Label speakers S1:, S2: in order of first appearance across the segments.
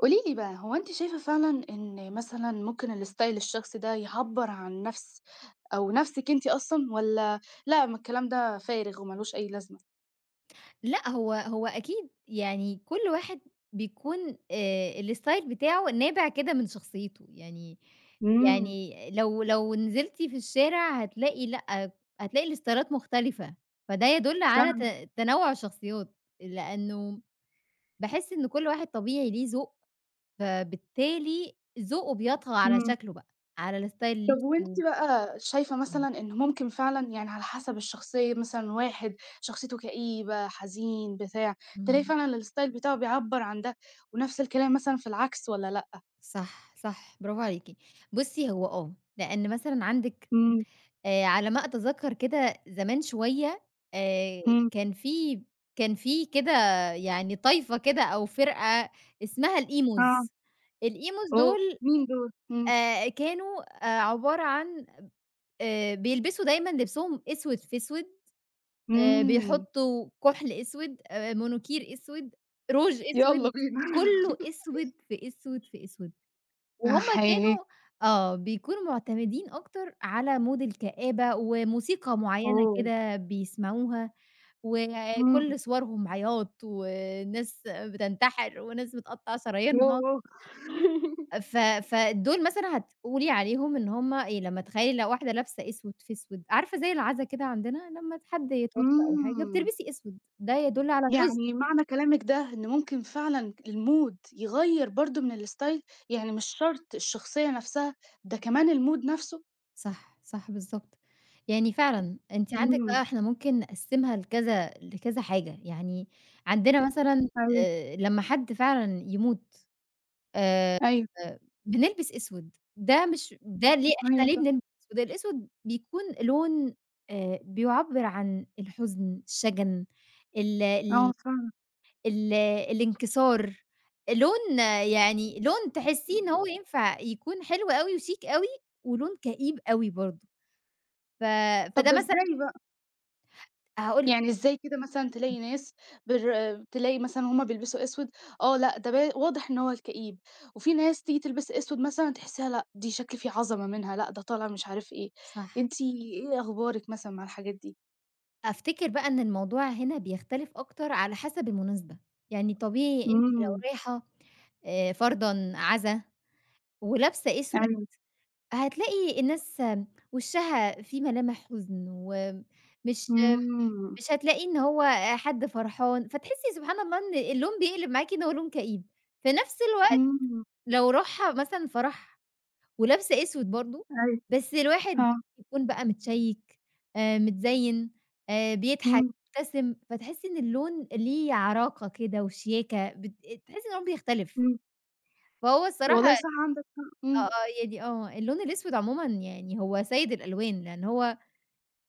S1: قولي لي بقى، هو أنتِ شايفة فعلًا إن مثلًا ممكن الستايل الشخصي ده يعبّر عن نفس أو نفسِك أنتِ أصلًا والّا لأ، ما الكلام ده فارغ وما لوش أي لازمة؟
S2: لأ، هو أكيد يعني كل واحد بيكون الstyle بتاعه نابع كده من شخصيته، يعني
S1: إمم،
S2: يعني لو نزلتِ في الشارع هتلاقي لأ، هتلاقي الإستايلات مختلفة، فده يدل على
S1: فاهمة،
S2: تنوع الشخصيات، لأنه باحس إن كل واحد طبيعي ليه ذوق، فبالتالي ذوقه بيطغى على
S1: إمم.
S2: شكله بقى، على الstyle اللي
S1: طب وأنتِ
S2: لبسه.
S1: بقى شايفة
S2: إمم.
S1: مثلًا إن ممكن فعلًا يعني على حسب الشخصية مثلًا واحد شخصيته كئيبة، حزين، بتاع، تلاقي
S2: إمم،
S1: فعلًا الستايل بتاعه بيعبّر عن ده، ونفس الكلام مثلًا في العكس والّا لأ؟
S2: صح، صح، برافو عليكِ. بُصي هو آه، لأن مثلًا عندِك
S1: إمم،
S2: على ما أتذكّر كده زمان شوية آآ
S1: إمم،
S2: كان في كان في كده يعني طايفة كده أو فرقة اسمها
S1: آه.
S2: الemos. الemos
S1: أوه!
S2: دول
S1: مين دول؟ إمم،
S2: كانوا عبارة عن بيلبسوا دايمًا لبسهم أسود في أسود،
S1: إمم،
S2: بيحطّوا كُحْل أسود، مانيكير أسود، روج
S1: يالّا
S2: أسود،
S1: بينا.
S2: كُلّه أسود في أسود في أسود. وهُم
S1: أحييه،
S2: كانوا آه، بيكونوا مُعتمدين أكتر على مود الكآبة وموسيقى معيّنة
S1: أوه!
S2: كده بيسمعوها،
S1: إمم،
S2: وكل صورهم عياط وناس بتنتحر وناس بتقطّع شرايينها،
S1: يوه!
S2: فدول مثلًا هتقولي عليهم إن هُم إيه، لمّا تخيّلي لو واحدة لابسة أسود في أسود، عارفة زي العزا كده عندنا لمّا حد يتوفى أو حاجة
S1: إمم،
S2: بتلبسي أسود، ده يدُل على الحزن.
S1: يعني معنى كلامِك ده إن ممكن فعلًا الmood يغيّر برضه من الstyle، يعني مش شرط الشخصية نفسها، ده كمان الmood نفسه؟
S2: صح، صح بالضبط. يعني فعلًا أنتِ عندِك
S1: إمم،
S2: بقى إحنا ممكن نقسّمها لكذا حاجة، يعني عندنا مثلًا
S1: أيوه،
S2: لمّا حد فعلًا يموت آآ
S1: أيوه،
S2: بنلبس أسود، ده مش ده ليه إحنا
S1: أيوه
S2: ليه
S1: صح،
S2: بنلبس أسود؟ الأسود بيكون لون بيعبّر عن الحزن، الشَجَن، ال
S1: آه
S2: ال
S1: فعلًا.
S2: ال الانكسار، لون آه، يعني لون تحسّيه إن هو ينفع يكون حلو أوي وشيك أوي ولون كئيب أوي برضه، ف
S1: طب
S2: فده
S1: ده
S2: مثلًا
S1: إزاي بقى؟
S2: هاقول لِك.
S1: يعني إزاي كده مثلًا
S2: إمم،
S1: تلاقي ناس بر تلاقي مثلًا هُم بيلبسوا أسود، آه، لأ، ده واضح إن هو الكئيب، وفي ناس تيجي تلبس أسود مثلًا تحسّيها لأ، دي شكل فيه عظمة منها، لأ، ده طالع مش عارف إيه،
S2: صح.
S1: أنتِ إيه أخبارِك مثلًا مع الحاجات دي؟
S2: أفتكر بقى إن الموضوع هنا بيختلف أكتر على حسب المناسبة، يعني طبيعي أنتِ لو
S1: إمم،
S2: رايحة فرضًا عزا ولابسة أسود
S1: أيوه،
S2: هتلاقي الناس وشها فيه ملامح حزن، ومش
S1: إمم،
S2: مش هتلاقيه إن هو حد فرحان، فتحسي سبحان الله إن اللون بيقلب معاكِ إن هو لون كئيب، في نفس الوقت
S1: إمم،
S2: لو روحها مثلًا فرح ولابسة أسود برضه،
S1: أيوه،
S2: بس الواحد
S1: آه،
S2: يكون بقى متشيّك، متزيّن، بيضحك،
S1: إمم،
S2: مُبتسم، فتحسّي إن اللون ليه عراقة كده وشياكة، تحسّي إن هو بيختلف.
S1: إمم،
S2: فهو الصراحة
S1: والله صح عندك حق،
S2: آه،
S1: إمم،
S2: آه، يعني آه، اللون الأسود عمومًا يعني هو سيد الألوان، لإن هو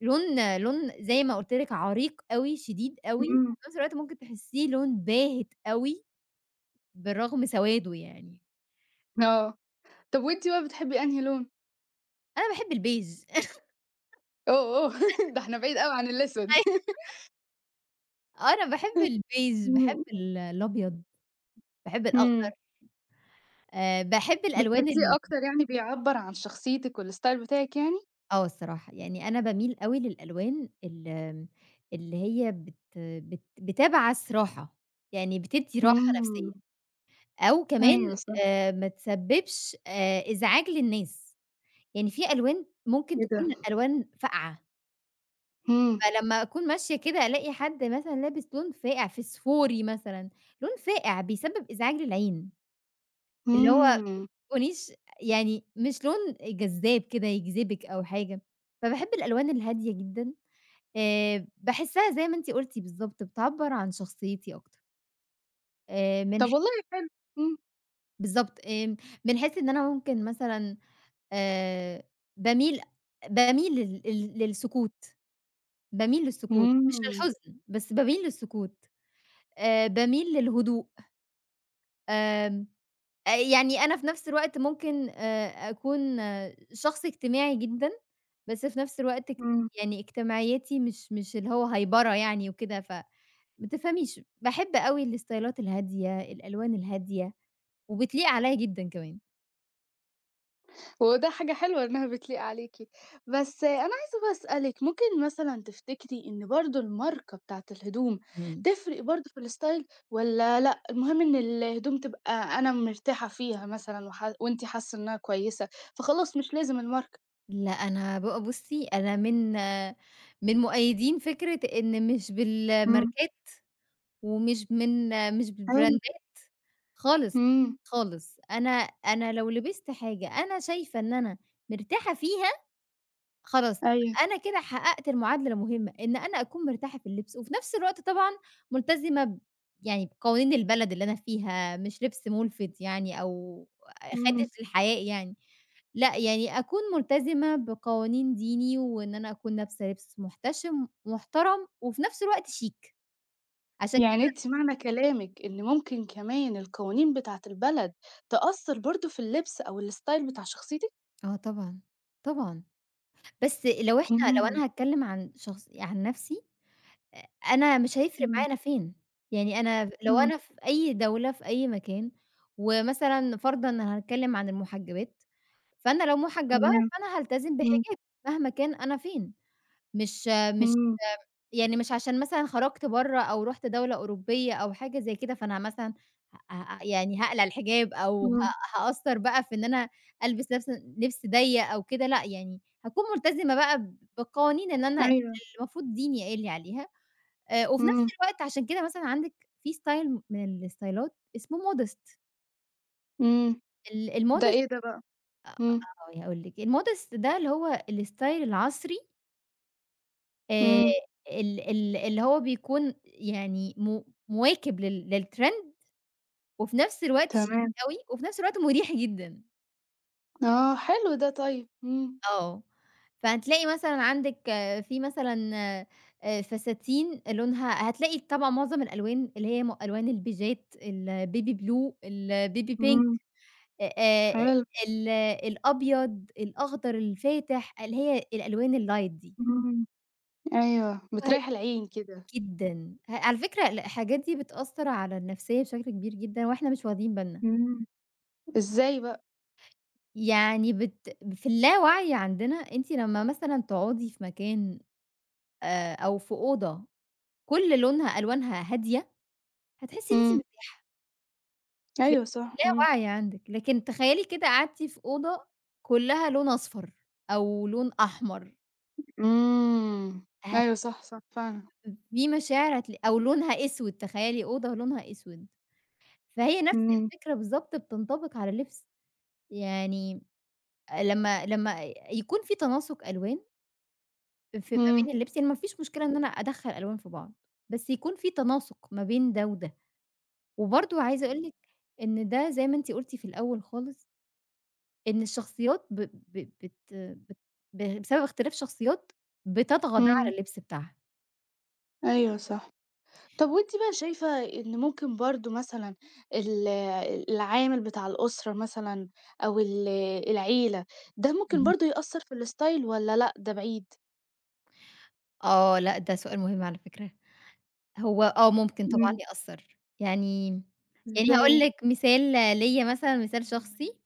S2: لون زي ما قُلت لِك عريق أوي، شديد أوي،
S1: إمم،
S2: وفي نفس الوقت ممكن تحسّيه لون باهت أوي بالرغم سواده يعني.
S1: آه، طب وأنتِ بقى بتحبي أنهي لون؟
S2: أنا باحب البيج
S1: أوه، أوه! ده إحنا بعيد أوي عن الأسود.
S2: أيوة، أنا باحب البيج، باحب
S1: إمم،
S2: الأبيض. باحب الأخضر،
S1: إمم.
S2: باحب الألوان
S1: بتحسيه أكتر يعني بيعبّر عن شخصيتِك والstyle بتاعِك يعني؟
S2: آه الصراحة، يعني أنا باميل أوي للألوان اللي هي بت بت بتبعث راحة، يعني بتدّي راحة نفسية،
S1: إمم،
S2: أو كمان
S1: أيوه صح،
S2: ما تسبّبش إزعاج للناس، يعني في ألوان ممكن
S1: إيه
S2: تكون
S1: ده!
S2: ألوان فاقعة،
S1: إمم،
S2: فلمّا أكون ماشية كده ألاقي حد مثلًا لابس لون فاقع، فسفوري مثلًا، لون فاقع بيسبب إزعاج للعين، اللي هو
S1: إمم،
S2: تكونيش يعني مش لون جذاب كده يجذبِك أو حاجة، فباحب الألوان الهادية جدًا، باحسّها زي ما أنتِ قُلتِ بالضبط بتعبّر عن شخصيتي أكتر، من ح
S1: طب والله حلو، إمم،
S2: بالضبط، من حيث إن أنا ممكن مثلًا آآ باميل باميل لل لل للسكوت، باميل للسكوت، مش
S1: إمم،
S2: للحزن، بس باميل للسكوت، باميل للهدوء، آمم يعني أنا في نفس الوقت ممكن أكون آه، شخص اجتماعي جدًا، بس في نفس الوقت
S1: إمم،
S2: يعني اجتماعيتي مش اللي هو هايبرة يعني وكده، ما تفهميش، باحب أوي الستايلات الهادية، الألوان الهادية، وبتليق عليَّ جدًا كمان.
S1: وده حاجة حلوة إنها بتليق عليكِ، بس أنا عايزة بقى أسألِك، ممكن مثلًا تفتكري إن برضه الماركة بتاعة الهدوم
S2: إمم.
S1: تفرق برضه في الstyle والّا لأ، المهم إن الهدوم تبقى أنا مرتاحة فيها مثلًا وأنتِ حاسة إنها كويسة، فخلاص مش لازم الماركة؟
S2: لأ أنا بقى بُصّي، أنا من آه، من مؤيدين فكرة إن مش
S1: إمم،
S2: بالماركات ومش من مش
S1: حلو،
S2: بالبراندات خالص،
S1: إمم،
S2: خالص. أنا لو لبست حاجة أنا شايفة إن أنا مرتاحة فيها، خلاص
S1: أيوه.
S2: يبقى أنا كده حققت المعادلة المهمة، إن أنا أكون مرتاحة في اللبس، وفي نفس الوقت طبعًا ملتزمة يعني بقوانين البلد اللي أنا فيها، مش لبس مُلفِت يعني أو
S1: إمم،
S2: خادش للحياء يعني، لأ، يعني أكون ملتزمة بقوانين ديني، وإن أنا أكون لابسة لبس محتشم، محترم، وفي نفس الوقت شيك عشان
S1: يعني أنتِ معنى كلامِك إن ممكن كمان القوانين بتاعة البلد تأثّر برضه في اللبس أو الstyle بتاع شخصيتِك؟
S2: آه طبعًا، طبعًا. بس لو إحنا لو
S1: إمم،
S2: أنا هاتكلم عن شخص عن نفسي، أ أنا مش هيفرق
S1: إمم،
S2: معايا أنا فين، يعني أنا لو
S1: إمم،
S2: أنا في أي دولة، في أي مكان، ومثلًا فرضًا ان هنتكلم عن المحجبات، فأنا لو محجبة
S1: تمام،
S2: فأنا هالتزم
S1: إمم،
S2: بحجابي مهما كان أنا فين، مش مش
S1: إمم،
S2: يعني مش عشان مثلًا خرجت برّه أو رُحت دولة أوروبية أو حاجة زي كده، فأنا مثلًا ه ه يعني هاقلع الحجاب أو
S1: إمم،
S2: هاقصّر بقى في إن أنا ألبس لبس ضيّق أو كده، لأ، يعني هاكون ملتزمة بقى بقوانين إن أنا
S1: أيوه،
S2: المفروض ديني قايل لي عليها، وفي نفس
S1: إمم.
S2: الوقت عشان كده مثلًا عندِك في style من الستايلات اسمه modest.
S1: إمم، ده
S2: الmodest
S1: إيه ده بقى؟ إمم،
S2: آه، يعني هاقول لِك الmodest ده اللي هو الstyle العصري، آآ،
S1: إمم.
S2: ال ال اللي هو بيكون يعني مواكب للtrend وفي نفس الوقت شيك
S1: تمام.
S2: أوي، وفي نفس الوقت مُريح جدًا،
S1: آه، حلو ده طيب، إمم.
S2: آه، فهتلاقي مثلًا عندِك في مثلًا فساتين لونها هتلاقي طبعًا معظم الألوان اللي هي ألوان البيجات، الbaby blue، الbaby pink
S1: إمم،
S2: آآ، آآ
S1: حلو،
S2: ال الأبيض، الأخضر الفاتح، اللي هي الألوان الlight دي،
S1: إمم. أيوه،
S2: وه
S1: بتريّح العين كده.
S2: جدًا، على فكرة الحاجات دي بتأثّر على النفسية بشكل كبير جدًا، وإحنا مش واخدين بالنا.
S1: إمم. إزاي بقى؟
S2: يعني في اللاوعي عندنا أنتِ لمّا مثلًا تقعدي في مكان أو في أوضة كل لونها ألوانها هادية، هتحسّي إن أنتِ
S1: إمم،
S2: مرتاحة في
S1: أيوه
S2: في
S1: صح، إمم،
S2: اللاوعي عندِك، لكن تخيّلي كده قعدتِ في أوضة كلّها لون أصفر أو لون أحمر،
S1: إمم،
S2: ه
S1: أيوه صح، صح فعلًا،
S2: في مشاعر أو لونها أسود، تخيّلي أوضة لونها أسود، فهي نفس
S1: إمم،
S2: الفكرة بالضبط بتنطبق على اللبس، يعني لمّا يكون في تناسق ألوان في ما
S1: إمم.
S2: بين اللبس يعني ما فيش مشكلة إن أنا أدخّل ألوان في بعض، بس يكون في تناسق ما بين ده وده، وبرضه عايزة أقول لِك إن ده زي ما أنتِ قُلتِ في الأول خالص، إن الشخصيات ب ب بت بت ب بسبب اختلاف شخصيات بتطغى ده
S1: إمم،
S2: على اللبس بتاعها.
S1: أيوه صح. طب وأنتِ بقى شايفة إن ممكن برضه مثلًا ال العامل بتاع الأسرة مثلًا أو العيلة، ده ممكن
S2: اهم.
S1: برضه يأثّر في الstyle والّا لأ ده بعيد؟
S2: آه، لأ ده سؤال مهم على فكرة، هو آه ممكن طبعًا
S1: إمم،
S2: يأثّر، يعني يعني هاقول
S1: إزاي؟
S2: لِك مثال ليّا مثلًا مثال شخصي.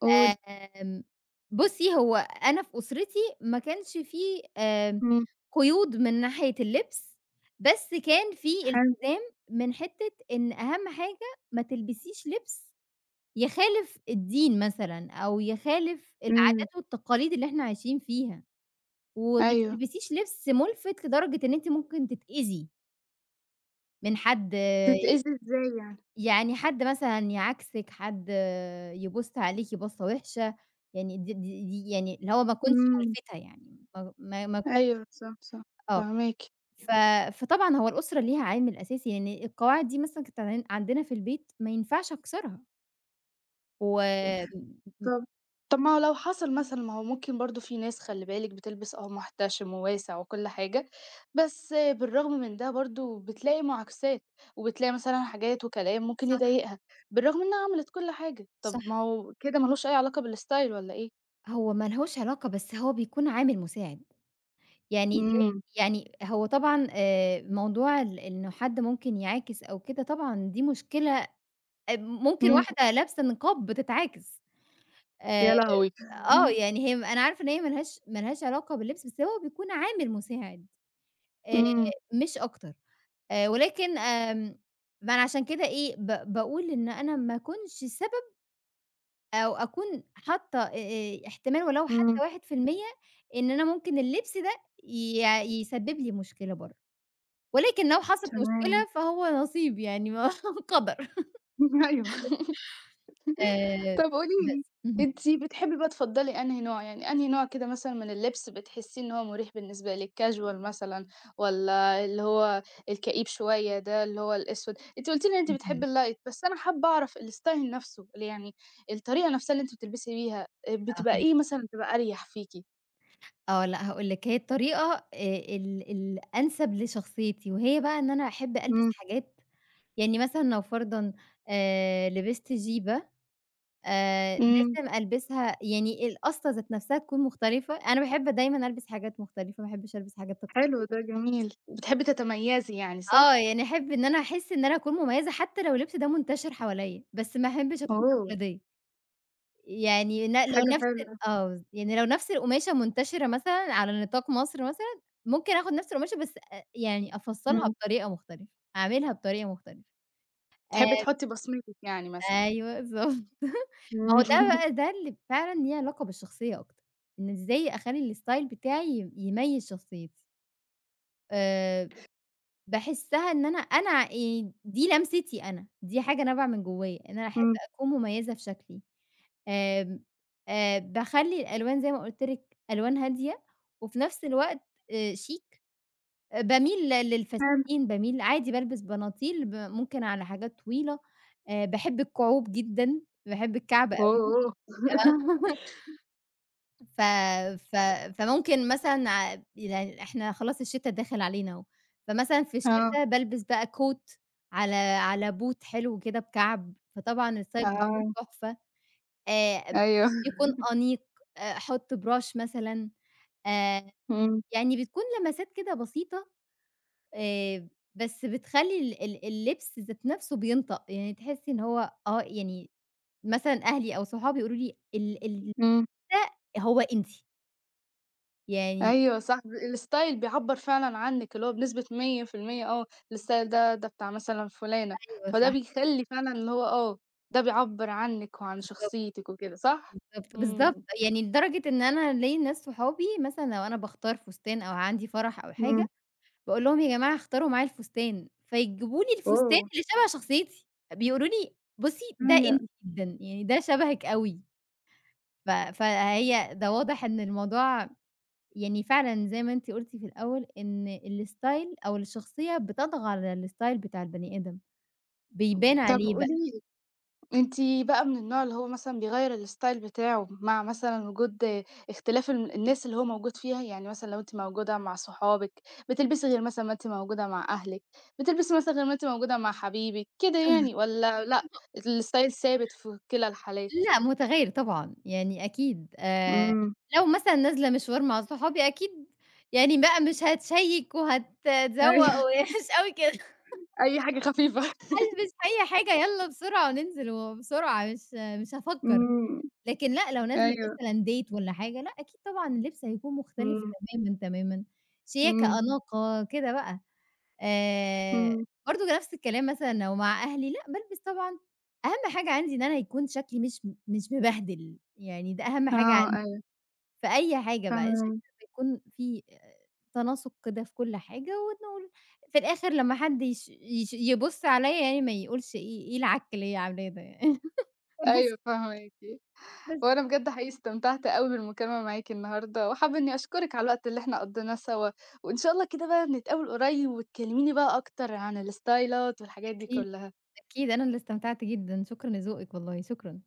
S1: قولي.
S2: آمم، بُصّي، هو أنا في أسرتي ما كانش في آمم،
S1: إمم،
S2: قيود من ناحية اللبس، بس كان في
S1: حلو،
S2: التزام من حتّة إن أهم حاجة ما تلبسيش لبس يخالف الدين مثلًا أو يخالف
S1: إمم،
S2: العادات والتقاليد اللي إحنا عايشين فيها، وما
S1: أيوه.
S2: تلبسيش لبس مُلفِت لدرجة إن أنتِ ممكن تتأذي من حد.
S1: بتتأذي إزاي يعني؟
S2: يعني حد مثلًا يعاكسِك، حد يبُص عليكِ بصّة وِحشة، يعني دي يعني اللي هو ما تكونش
S1: إمم،
S2: مُلفتة يعني، ما تكونش
S1: أيوه صح، صح،
S2: آه،
S1: فاهماكِ.
S2: ف فطبعًا هو الأسرة ليها عامل أساسي، يعني القواعد دي مثلًا كانت عندنا في البيت ما ينفعش أكسرها، وآمم
S1: طب طب ما هو لو حصل مثلًا ما هو ممكن برضه في ناس خلّي بالِك بتلبس محتشم وواسع وكل حاجة، بس بالرغم من ده برضه بتلاقي معاكسات، وبتلاقي مثلًا حاجات وكلام ممكن
S2: صح،
S1: يضايقها، بالرغم إنها عملت كل حاجة،
S2: صح.
S1: طب ما هو كده ما لوش أي علاقة بالstyle والّا إيه؟
S2: هو ما لهوش علاقة، بس هو بيكون عامل مساعد، يعني
S1: إمم،
S2: يعني هو طبعًا موضوع إنه حد ممكن يعاكس أو كده، طبعًا دي مشكلة، ممكن
S1: إمم،
S2: واحدة لابسة نقاب بتتعاكس. آآ
S1: يا لهوي!
S2: آه، يعني هي أنا عارفة إن هي ما لهاش علاقة باللبس، بس هو بيكون عامل مساعد آآ
S1: إمم،
S2: مش أكتر، ولكن ما أنا عشان كده إيه، باقول إن أنا ما أكونش سبب أو أكون حاطة احتمال ولو حتى
S1: إمم،
S2: 1% إن أنا ممكن اللبس ده ي يسبب لي مشكلة برّه، ولكن لو حصلت مشكلة
S1: تمام،
S2: فهو نصيب يعني ما قدر
S1: أيوه.
S2: آآ
S1: طب قولي لي
S2: بس. اهم،
S1: أنتِ بتحبي بقى تفضّلي أنهي نوع، يعني أنهي نوع كده مثلًا من اللبس بتحسّي إن هو مُريح بالنسبة لِك، casual مثلًا والّا اللي هو الكئيب شوية ده اللي هو الأسود؟ أنتِ قُلتِ لي إن أنتِ
S2: اهم،
S1: بتحبّي الlight بس أنا حابّة أعرف الstyle نَفْسه، اللي يعني الطريقة نَفْسها اللي أنتِ بتلبسي بيها بتبقى
S2: أها.
S1: إيه مثلًا بتبقى أريح فيكِ؟
S2: آه، لأ هاقول لِك هي الطريقة ال الأنسب لشخصيتي، وهي بقى إن أنا أحب ألبس
S1: إمم.
S2: حاجات يعني مثلًا لو فرضًا لبست جيبة
S1: إمم،
S2: لازم ألبسها يعني القصة ذات نفسها تكون مختلفة، أنا باحب دايمًا ألبس حاجات مختلفة، ما أحبش ألبس حاجات
S1: حلو
S2: تقليدية.
S1: ده جميل، بتحبّي تتميّزي يعني
S2: آه،
S1: صح؟
S2: يعني أحب إن أنا أحس إن أنا أكون مميزة حتى لو اللبس ده منتشر حواليّا، بس ما أحبش أكون
S1: أوه!
S2: تقليدية. يعني لو
S1: حاجة
S2: نفس
S1: حلوة،
S2: آه، يعني لو نفس القماشة منتشرة مثلًا على نطاق مصر مثلًا، ممكن آخُد نفس القماشة بس يعني
S1: إمم.
S2: أفصّلها
S1: إمم،
S2: بطريقة مختلفة، أعملها بطريقة مختلفة.
S1: تحبّي
S2: آآ
S1: تحُطّي بصمتِك يعني مثلًا.
S2: أيوه بالضبط. ما
S1: إمم،
S2: هو ده بقى ده اللي فعلًا ليه علاقة بالشخصية أكتر، إن إزاي أخلّي الstyle بتاعي يميّز شخصيتي. آآ باحسّها إن أنا دي لمستي أنا، دي حاجة نابعة من جوّايا، إن أنا أحب
S1: إمم.
S2: أكون مميّزة في شكلي. آمم باخلّي الألوان زي ما قُلت لِك ألوان هادية وفي نفس الوقت شيك، باميل
S1: حلو.
S2: للفساتين، باميل عادي بالبس بناطيل ممكن على حاجات طويلة، باحب الكُعوب جدًا، باحب الكعب
S1: أوه!
S2: أوي. ف ف فممكن مثلًا يعني إحنا خلاص الشتا داخل علينا أهو، فمثلًا في
S1: آه،
S2: الشتا بالبس بقى كوت على boot حلو كده بكَعْب، فطبعًا الصيف بيكون
S1: آه،
S2: تحفة، ب
S1: أيوه،
S2: بيكون أنيق، أحُط brush مثلًا، آآ
S1: إمم،
S2: يعني بتكون لمسات كده بسيطة آآ بس بتخلّي ال ال اللبس ذات نَفْسه بينطق، يعني تحسّي إن هو آه، يعني مثلًا أهلي أو صحابي يقولوا لي: "ال ال
S1: إمم،
S2: ده هو أنتِ." يعني
S1: أيوه صح، الstyle بيعبّر فعلًا عنِك، اللي هو بنسبة 100% الstyle ده بتاع مثلًا فلانة،
S2: أيوه
S1: فده
S2: صح.
S1: بيخلّي فعلًا اللي هو ده بيعبّر عنِك وعن
S2: بالضبط،
S1: شخصيتِك وكده، صح؟
S2: بالضبط،
S1: إمم،
S2: يعني لدرجة إن أنا ليّا ناس صحابي مثلًا لو أنا باختار فستان أو عندي فرح أو
S1: إمم،
S2: حاجة، باقول لهم يا جماعة اختاروا معايا الفستان، فيجيبوا لي الفستان
S1: أوه!
S2: اللي شبه شخصيتي، بيقولوا لي بُصّي ده
S1: أيوه،
S2: أنتِ جدًا، يعني ده شبهِك أوي، فهي ده واضح إن الموضوع يعني فعلًا زي ما أنتِ قُلتِ في الأول إن الstyle أو الشخصية بتطغى على الstyle بتاع البني آدم، بيبان
S1: طَب
S2: عليه بقى.
S1: قولي أنتِ بقى من النوع اللي هو مثلًا بيغيّر الstyle بتاعه مع مثلًا وجود اختلاف الناس اللي هو موجود فيها؟ يعني مثلًا لو أنتِ موجودة مع صحابِك، بتلبسي غير مثلًا ما أنتِ موجودة مع أهلِك، بتلبسي مثلًا غير ما أنتِ موجودة مع حبيبِك، كده يعني والّا لأ، الstyle ثابت في كلا الحالات؟
S2: لأ، متغيّر طبعًا، يعني أكيد،
S1: إمم.
S2: لو مثلًا نازلة مشوار مع صحابي أكيد يعني بقى مش هاتشيّك وهاتذوّق
S1: أيوه،
S2: ومش أوي كده،
S1: أي حاجة خفيفة.
S2: هالبس أي حاجة يالّا بسرعة وننزل وبسرعة مش هافكّر،
S1: إمم.
S2: لكن لأ، لو نازلة
S1: أيوه.
S2: مثلًا date والّا حاجة لأ، أكيد طبعًا اللبس هيكون مختلف
S1: إمم.
S2: تمامًا، تمامًا، شياكة،
S1: إمم.
S2: أناقة، كده بقى. آآ
S1: إمم.
S2: برضه نفس الكلام مثلًا لو مع أهلي، لأ بالبس طبعًا أهم حاجة عندي إن أنا يكون شكلي مش مبهدل، يعني ده أهم حاجة
S1: آه،
S2: عندي
S1: أيوه،
S2: في أي حاجة بقى، الشكل
S1: فاهماكِ.
S2: يكون في تناسق كده في كل حاجة، ونقول في الآخر لمّا حد يش يش يبُص عليَّ يعني ما يقولش إيه العك اللي هي عاملاه ده يعني بس،
S1: أيوه، فاهماكِ.
S2: بس
S1: وأنا بجد حقيقي استمتعت أوي بالمكالمة معاكِ النهارده، وحابة إني أشكرِك على الوقت اللي إحنا قضيناه سوا، وإن شاء الله كده بقى نتقابل قريب وتكلميني بقى أكتر عن الستايلات والحاجات دي
S2: أكيد،
S1: كلها.
S2: أكيد أنا اللي استمتعت جدًا، شكرًا لذوقِك والله، شكرًا.